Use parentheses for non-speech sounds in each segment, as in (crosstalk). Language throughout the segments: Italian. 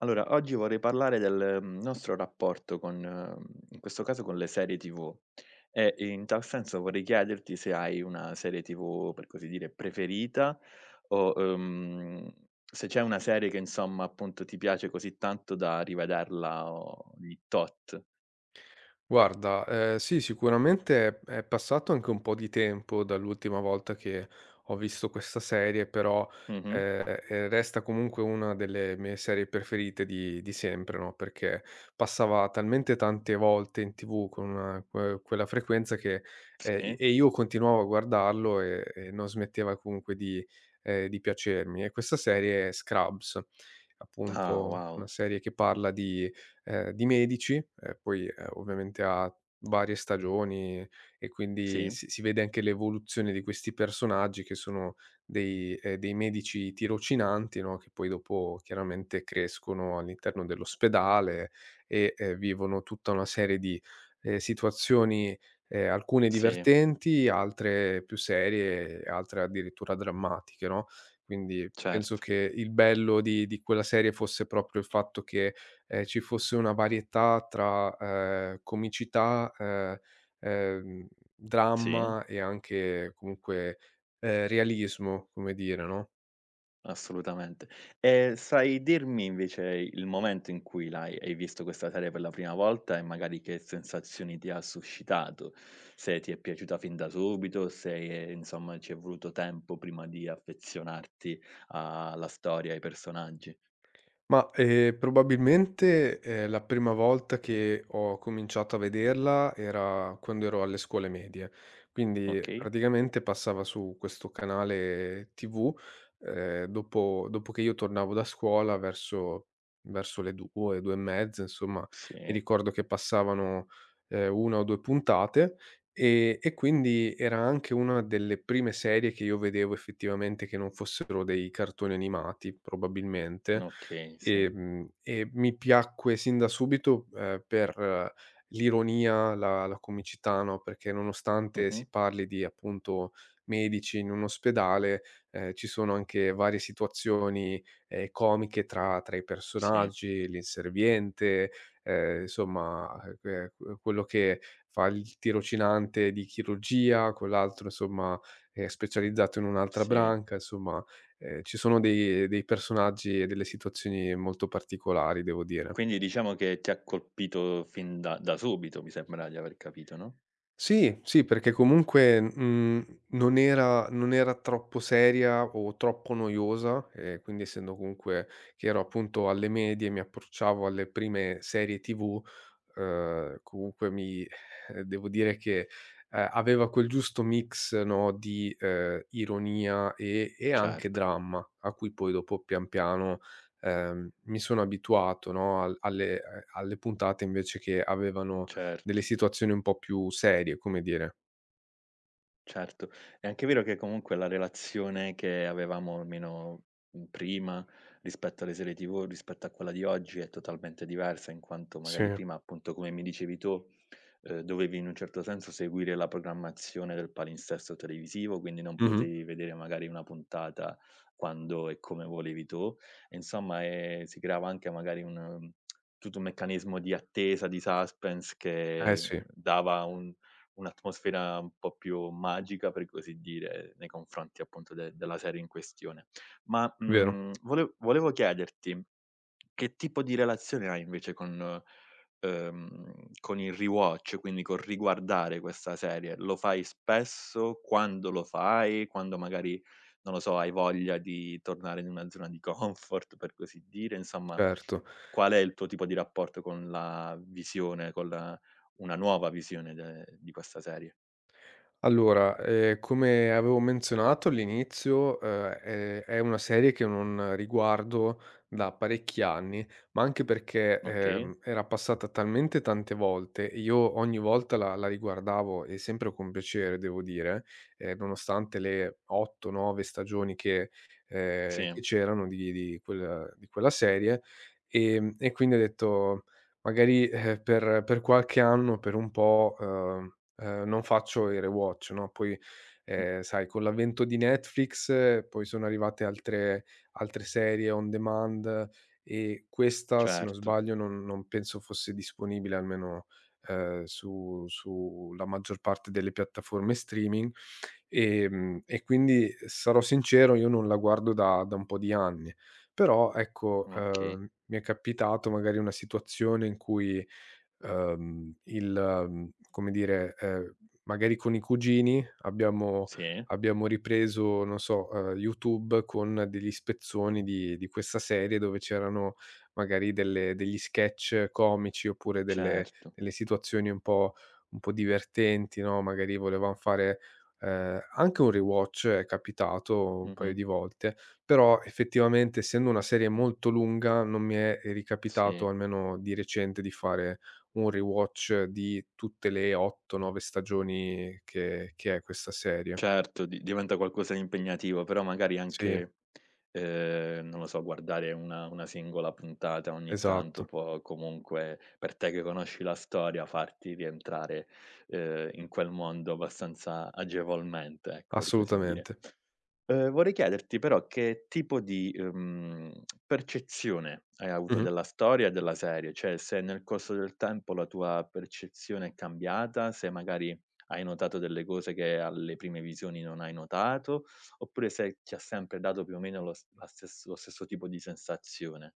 Allora, oggi vorrei parlare del nostro rapporto con in questo caso con le serie TV. E in tal senso vorrei chiederti se hai una serie TV, per così dire, preferita o, se c'è una serie che, insomma, appunto, ti piace così tanto da rivederla ogni tot. Guarda, sì, sicuramente è passato anche un po' di tempo dall'ultima volta che ho visto questa serie, però, Mh-mh. ehm, resta comunque una delle mie serie preferite di sempre, no, perché passava talmente tante volte in TV con quella frequenza che, i Sì. e io continuavo a guardarlo e non smetteva comunque di piacermi. E questa serie è Scrubs, Ah, appunto una wow. serie che parla di medici, poi, ovviamente ha varie stagioni e Sì, quindi si vede anche l'evoluzione di questi personaggi che sono dei medici tirocinanti, no, che poi dopo chiaramente crescono all'interno dell'ospedale e, vivono tutta una serie di, situazioni, alcune sì, divertenti, altre più serie e altre addirittura drammatiche, no, quindi penso certo. che il bello di quella serie fosse proprio il fatto che ci fosse una varietà tra, comicità, ehm, Sì. dramma e anche comunque, realismo, come dire, no? Assolutamente. E sai dirmi invece il momento in cui l'hai hai visto questa serie per la prima volta e magari che sensazioni ti ha suscitato? Se ti è piaciuta fin da subito, se, insomma, ci è voluto tempo prima di affezionarti alla storia, ai personaggi. Ma, probabilmente, la prima volta che ho cominciato a vederla era quando ero alle scuole medie. Quindi Okay, praticamente passava su questo canale TV, dopo che io tornavo da scuola verso le 2, 2 e mezza, insomma, mi sì, ricordo che passavano, 1 o 2 puntate, e quindi era anche una delle prime serie che io vedevo effettivamente che non fossero dei cartoni animati, probabilmente. okay, sì. E mi piacque sin da subito, per l'ironia, la comicità, no, perché nonostante Mh-mh. si parli di, appunto, medici in un ospedale, ci sono anche varie situazioni, comiche tra i Sì, personaggi, l'inserviente, insomma, quello che fa il tirocinante di chirurgia, quell'altro, insomma, è specializzato in un'altra sì. branca. Insomma, ci sono dei personaggi e delle situazioni molto particolari, devo dire. Quindi diciamo che ti ha colpito fin da subito, mi sembra di aver capito, no? Sì, sì, perché comunque, non era troppo seria o troppo noiosa, quindi essendo comunque che ero appunto alle medie, mi approcciavo alle prime serie TV, comunque mi devo dire che, aveva quel giusto mix, no, di, ironia e anche Certo, dramma, a cui poi dopo pian piano, mi sono abituato, no, al alle alle puntate invece che avevano delle certo. situazioni un po' più serie, come dire. Certo, è anche vero che comunque la relazione che avevamo almeno, prima, rispetto alle serie TV, rispetto a quella di oggi è totalmente diversa, in quanto magari Sì. prima, appunto, come mi dicevi tu, dovevi in un certo senso seguire la programmazione del palinsesto televisivo, quindi non Mh-mh. potevi vedere magari una puntata quando e come volevi tu. E insomma, si creava anche magari tutto un meccanismo di attesa, di suspense Eh che sì, dava un un'atmosfera un po' più magica, per così dire, nei confronti, appunto, de della serie in questione. Ma, vero, mhmm, volev volevo chiederti, che tipo di relazione hai invece con il rewatch, quindi col riguardare questa serie? Lo fai spesso? Quando lo fai? Quando magari, non lo so, hai voglia di tornare in una zona di comfort, per così dire? Insomma, certo. qual è il tuo tipo di rapporto con la visione, con la una nuova visione de di questa serie? Allora, come avevo menzionato all'inizio, è una serie che non riguardo da parecchi anni, ma anche perché, Okay, era passata talmente tante volte e io ogni volta la riguardavo e sempre con piacere devo dire, nonostante le 8, 9 stagioni che sì, c'erano di quella serie, e quindi ho detto: magari, per qualche anno, per un po', non faccio i rewatch, no. Poi, mh, sai, con l'avvento di Netflix poi sono arrivate altre serie on demand e questa, se non certo, sbaglio, non penso fosse disponibile, almeno, su la maggior parte delle piattaforme streaming, e quindi, sarò sincero, io non la guardo da un po' di anni. Però ecco, okay, mi è capitato magari una situazione in cui, Uhm, il come dire, magari con i cugini abbiamo sì, ripreso, non so, YouTube, con degli spezzoni di questa serie dove c'erano magari delle degli sketch comici, oppure certo, delle situazioni un po' divertenti, no. Magari volevam fare, anche un rewatch è capitato un paio mh-mh, di volte, però effettivamente, essendo una serie molto lunga, non mi è sì, ricapitato, almeno di recente, di fare un rewatch di tutte le 8, 9 stagioni che è questa serie. certo, di diventa qualcosa di impegnativo, però magari Sì, anche, non lo so, guardare una singola puntata ogni tanto esatto, può comunque, per te che conosci la storia, farti rientrare, in quel mondo abbastanza agevolmente, ecco, per così dire. assolutamente. Vorrei chiederti però che tipo di, percezione hai avuto Mh-mh. della storia e della serie, cioè se nel corso del tempo la tua percezione è cambiata, se magari hai notato delle cose che alle prime visioni non hai notato, oppure se ti ha sempre dato più o meno lo stesso tipo di sensazione.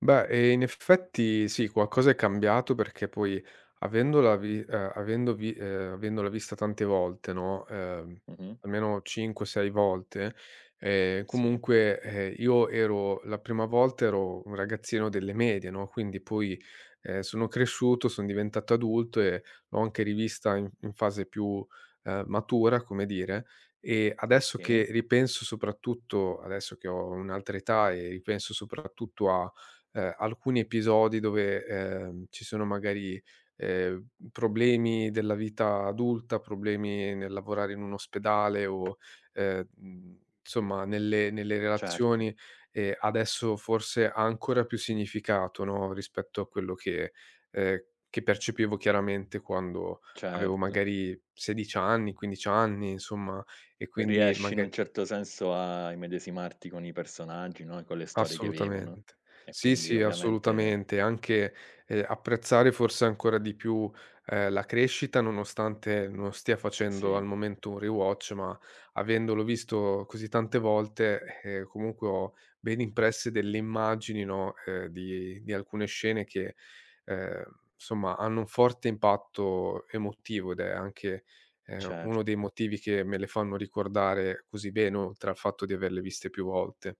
Beh, in effetti sì, qualcosa è cambiato, perché poi avendola vi avendo vi avendola vista tante volte, no, Mh-mh. almeno 5, 6 volte, Sì, comunque, io ero, la prima volta ero un ragazzino delle medie, no, quindi poi, sono cresciuto, son diventato adulto e l'ho anche rivista in fase più, matura, come dire, e adesso che okay. ripenso, soprattutto adesso che ho un'altra età, e ripenso soprattutto a alcuni episodi dove, ci sono magari, ehm, problemi della vita adulta, problemi nel lavorare in un ospedale o, insomma, nelle Certo, relazioni, e adesso forse ha ancora più significato, no, rispetto a quello ehm, che percepivo chiaramente quando avevo certo. magari 16 anni, 15 anni, insomma. E quindi Riesci in maga un certo senso a immedesimarti con i personaggi, no, e con le storie che vivono. Assolutamente. E Sì, quindi sì, ovviamente assolutamente. Anche, apprezzare forse ancora di più, la crescita. Nonostante non stia facendo al sì, momento un rewatch, ma avendolo visto così tante volte, comunque ho ben impresse delle immagini, no, di alcune scene che, ehm, insomma, hanno un forte impatto emotivo, ed è anche, uno dei certo, motivi che me le fanno ricordare così bene, oltre al fatto di averle viste più volte.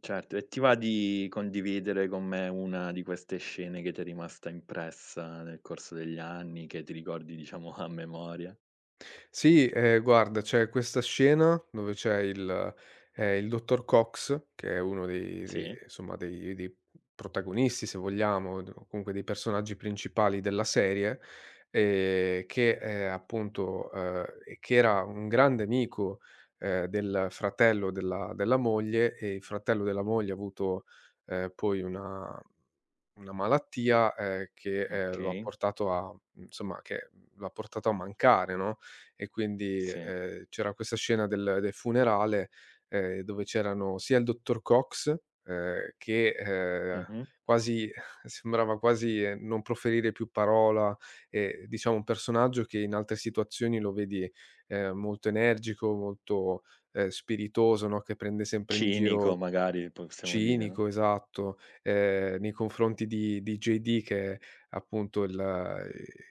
certo. E ti va di condividere con me una di queste scene che ti è rimasta impressa nel corso degli anni, che ti ricordi, diciamo (laughs) a memoria? Sì, guarda, c'è questa scena dove c'è il dottor Cox, che è uno dei Sì, insomma, dei protagonisti, se vogliamo, d o comunque dei personaggi principali della serie, che, appunto, e che era un grande amico, del fratello della moglie, e il fratello della moglie ha avuto, poi una malattia, che, lo ha okay, portato a, insomma, che lo ha portato a mancare, no, e quindi, sì. C'era questa scena del funerale, dove c'erano sia il dottor Cox, che, Mh-mh. quasi (laughs) sembrava quasi, non proferire più parola, e diciamo un personaggio che in altre situazioni lo vedi, molto energico, molto, spiritoso, no, che prende sempre in Cinico, giro. magari possiamo dire, no? Cinico, esatto, nei confronti di JD, che è appunto il ehm,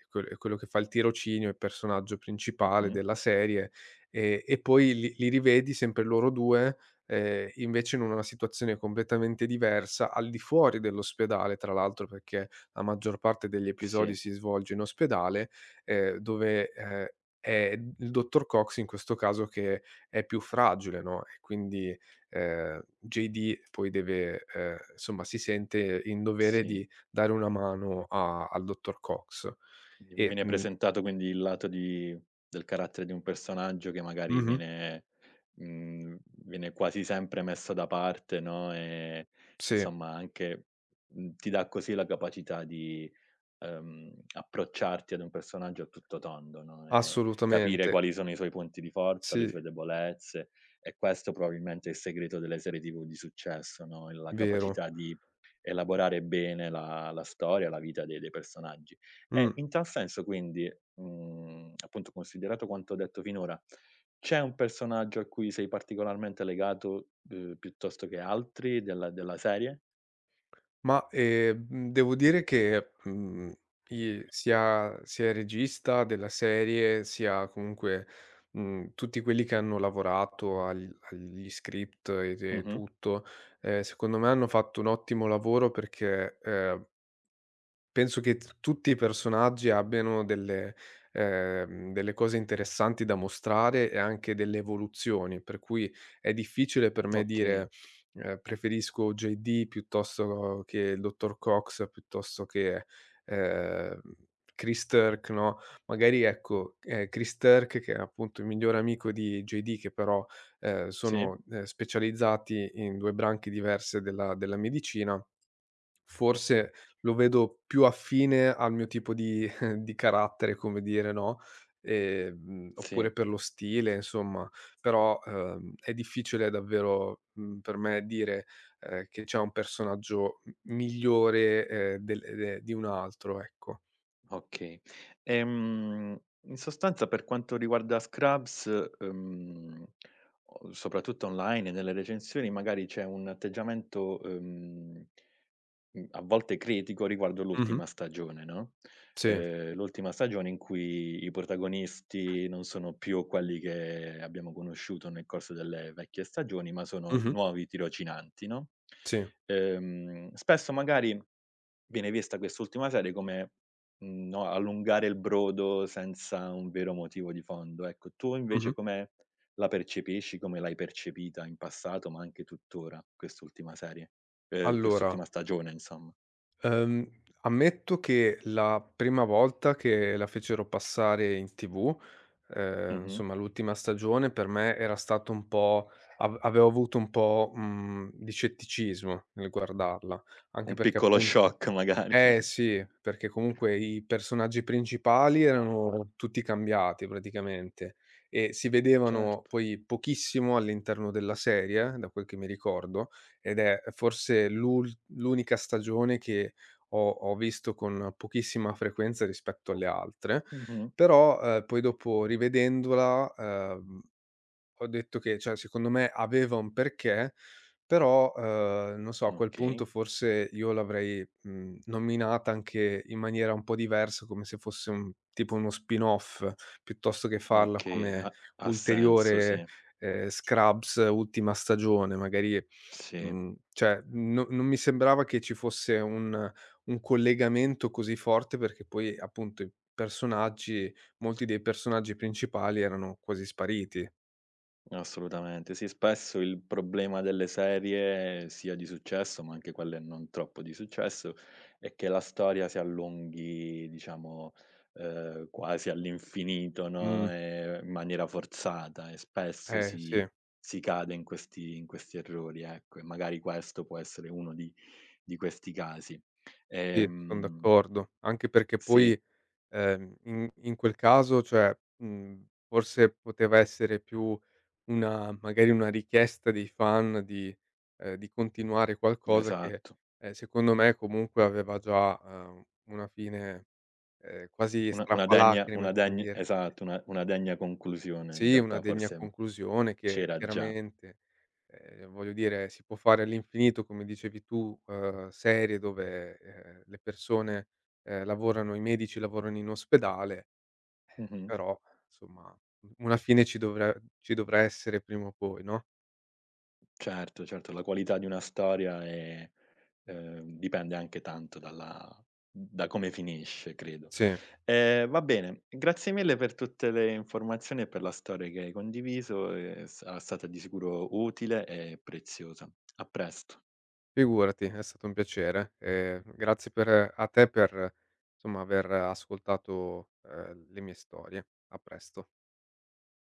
quel quello che fa il tirocinio, il personaggio principale Mh-mh. della serie, e poi li rivedi sempre loro 2, invece in una situazione completamente diversa, al di fuori dell'ospedale tra l'altro, perché la maggior parte degli episodi Sì, si svolge in ospedale, dove, è il dottor Cox in questo caso che è più fragile, no, e quindi JD poi deve, insomma, si sente in dovere sì. di dare una mano a al dottor Cox. Quindi mi E viene mhmm presentato quindi il lato di del carattere di un personaggio che magari Mh-mh, viene, mhmm, viene quasi sempre messo da parte, no, sì, insomma anche, ti dà così la capacità di approcciarti ad un personaggio a tutto tondo, no, e capire assolutamente. quali sono i suoi punti di forza, le Sì, sue debolezze. E questo probabilmente è il segreto delle serie TV di successo, no, la vero. capacità di elaborare bene la storia, la vita de dei personaggi. Mh, E in tal senso quindi, appunto, considerato quanto ho detto finora, c'è un personaggio a cui sei particolarmente legato, piuttosto che altri della della serie? ma, devo dire che, mhmm, i sia il regista della serie, sia comunque, tutti quelli che hanno lavorato agli script e Mh-mh. tutto, secondo me hanno fatto un ottimo lavoro, perché. Penso che t tutti i personaggi abbiano delle cose interessanti da mostrare e anche delle evoluzioni, per cui è difficile per me dire, Okay. Preferisco JD piuttosto che il dottor Cox, piuttosto che, ehm, Chris Turk, no. Magari ecco, Chris Turk, che è appunto il migliore amico di JD, che però, Sì, sono, specializzati in 2 branche diverse della medicina. Forse lo vedo più affine al mio tipo di (laughs) di carattere, come dire, no, oppure sì. per lo stile, insomma. Però, è difficile davvero, per me dire, che c'è un personaggio m migliore, del di un altro, ecco. Okay. In sostanza, per quanto riguarda Scrubs, ehm, o soprattutto online e nelle recensioni, magari c'è un atteggiamento, a volte critico riguardo Mh-mh. l'ultima stagione, no, Sì. L'ultima stagione in cui i protagonisti non sono più quelli che abbiamo conosciuto nel corso delle vecchie stagioni, ma sono Mh-mh. nuovi tirocinanti, no, Sì. Spesso magari viene vista quest'ultima serie come, no, allungare il brodo senza un vero motivo di fondo, ecco. Tu invece Mh-mh. come la percepisci, come l'hai percepita in passato, ma anche tuttora quest'ultima serie? Allora, Quest'ultima stagione, insomma. Ehm, ammetto che la prima volta che la fecero passare in TV, Mh-mh. insomma l'ultima stagione, per me era stato un po', av avevo avuto un po', di scetticismo nel guardarla, anche Un perché piccolo appun shock magari. eh (laughs) sì, perché comunque i personaggi principali erano tutti cambiati praticamente, e si vedevano Certo. poi pochissimo all'interno della serie, da quel che mi ricordo, ed è forse l'unica stagione che ho visto con pochissima frequenza rispetto alle altre, Mh-mh. però, poi dopo rivedendola, ho detto che, cioè, secondo me aveva un perché, però, non so, a quel punto Okay, forse io l'avrei, nominata anche in maniera un po' diversa, come se fosse un tipo uno spin-off, piuttosto che farla okay, come ha senso, sì, ulteriore, Scrubs ultima stagione, magari, sì. Cioè, no, non mi sembrava che ci fosse un collegamento così forte, perché poi appunto i personaggi, molti dei personaggi principali erano quasi spariti. Assolutamente. Sì, spesso il problema delle serie, sia di successo, ma anche quelle non troppo di successo, è che la storia si allunghi, diciamo, quasi all'infinito, Mh. no, in maniera forzata, e spesso Eh sì, si si cade in questi errori, ecco, e magari questo può essere uno di questi casi. sì, son Ehm, d'accordo. Anche perché sì, poi, in quel caso, cioè, forse poteva essere più una, magari una richiesta dei fan di continuare qualcosa che, esatto. Secondo me comunque aveva già, una fine, quasi Una degna una strappalacrime, come degn dire. Esatto, una degna conclusione in Sì, una realtà, degna forse, conclusione che c'era già. chiaramente. Voglio dire, si può fare all'infinito, come dicevi tu, serie dove, le persone, lavorano, i medici lavorano in ospedale, Mh-mh. però, insomma, u una fine ci dovrà essere prima o poi, no? Certo, certo, la qualità di una storia è, dipende anche tanto dalla da come finisce, credo. Sì. Va bene, grazie mille per tutte le informazioni e per la storia che hai condiviso, è s è stata di sicuro utile e preziosa. A presto. Figurati, è stato un piacere. Grazie per a te per, insomma, aver ascoltato, le mie storie. A presto.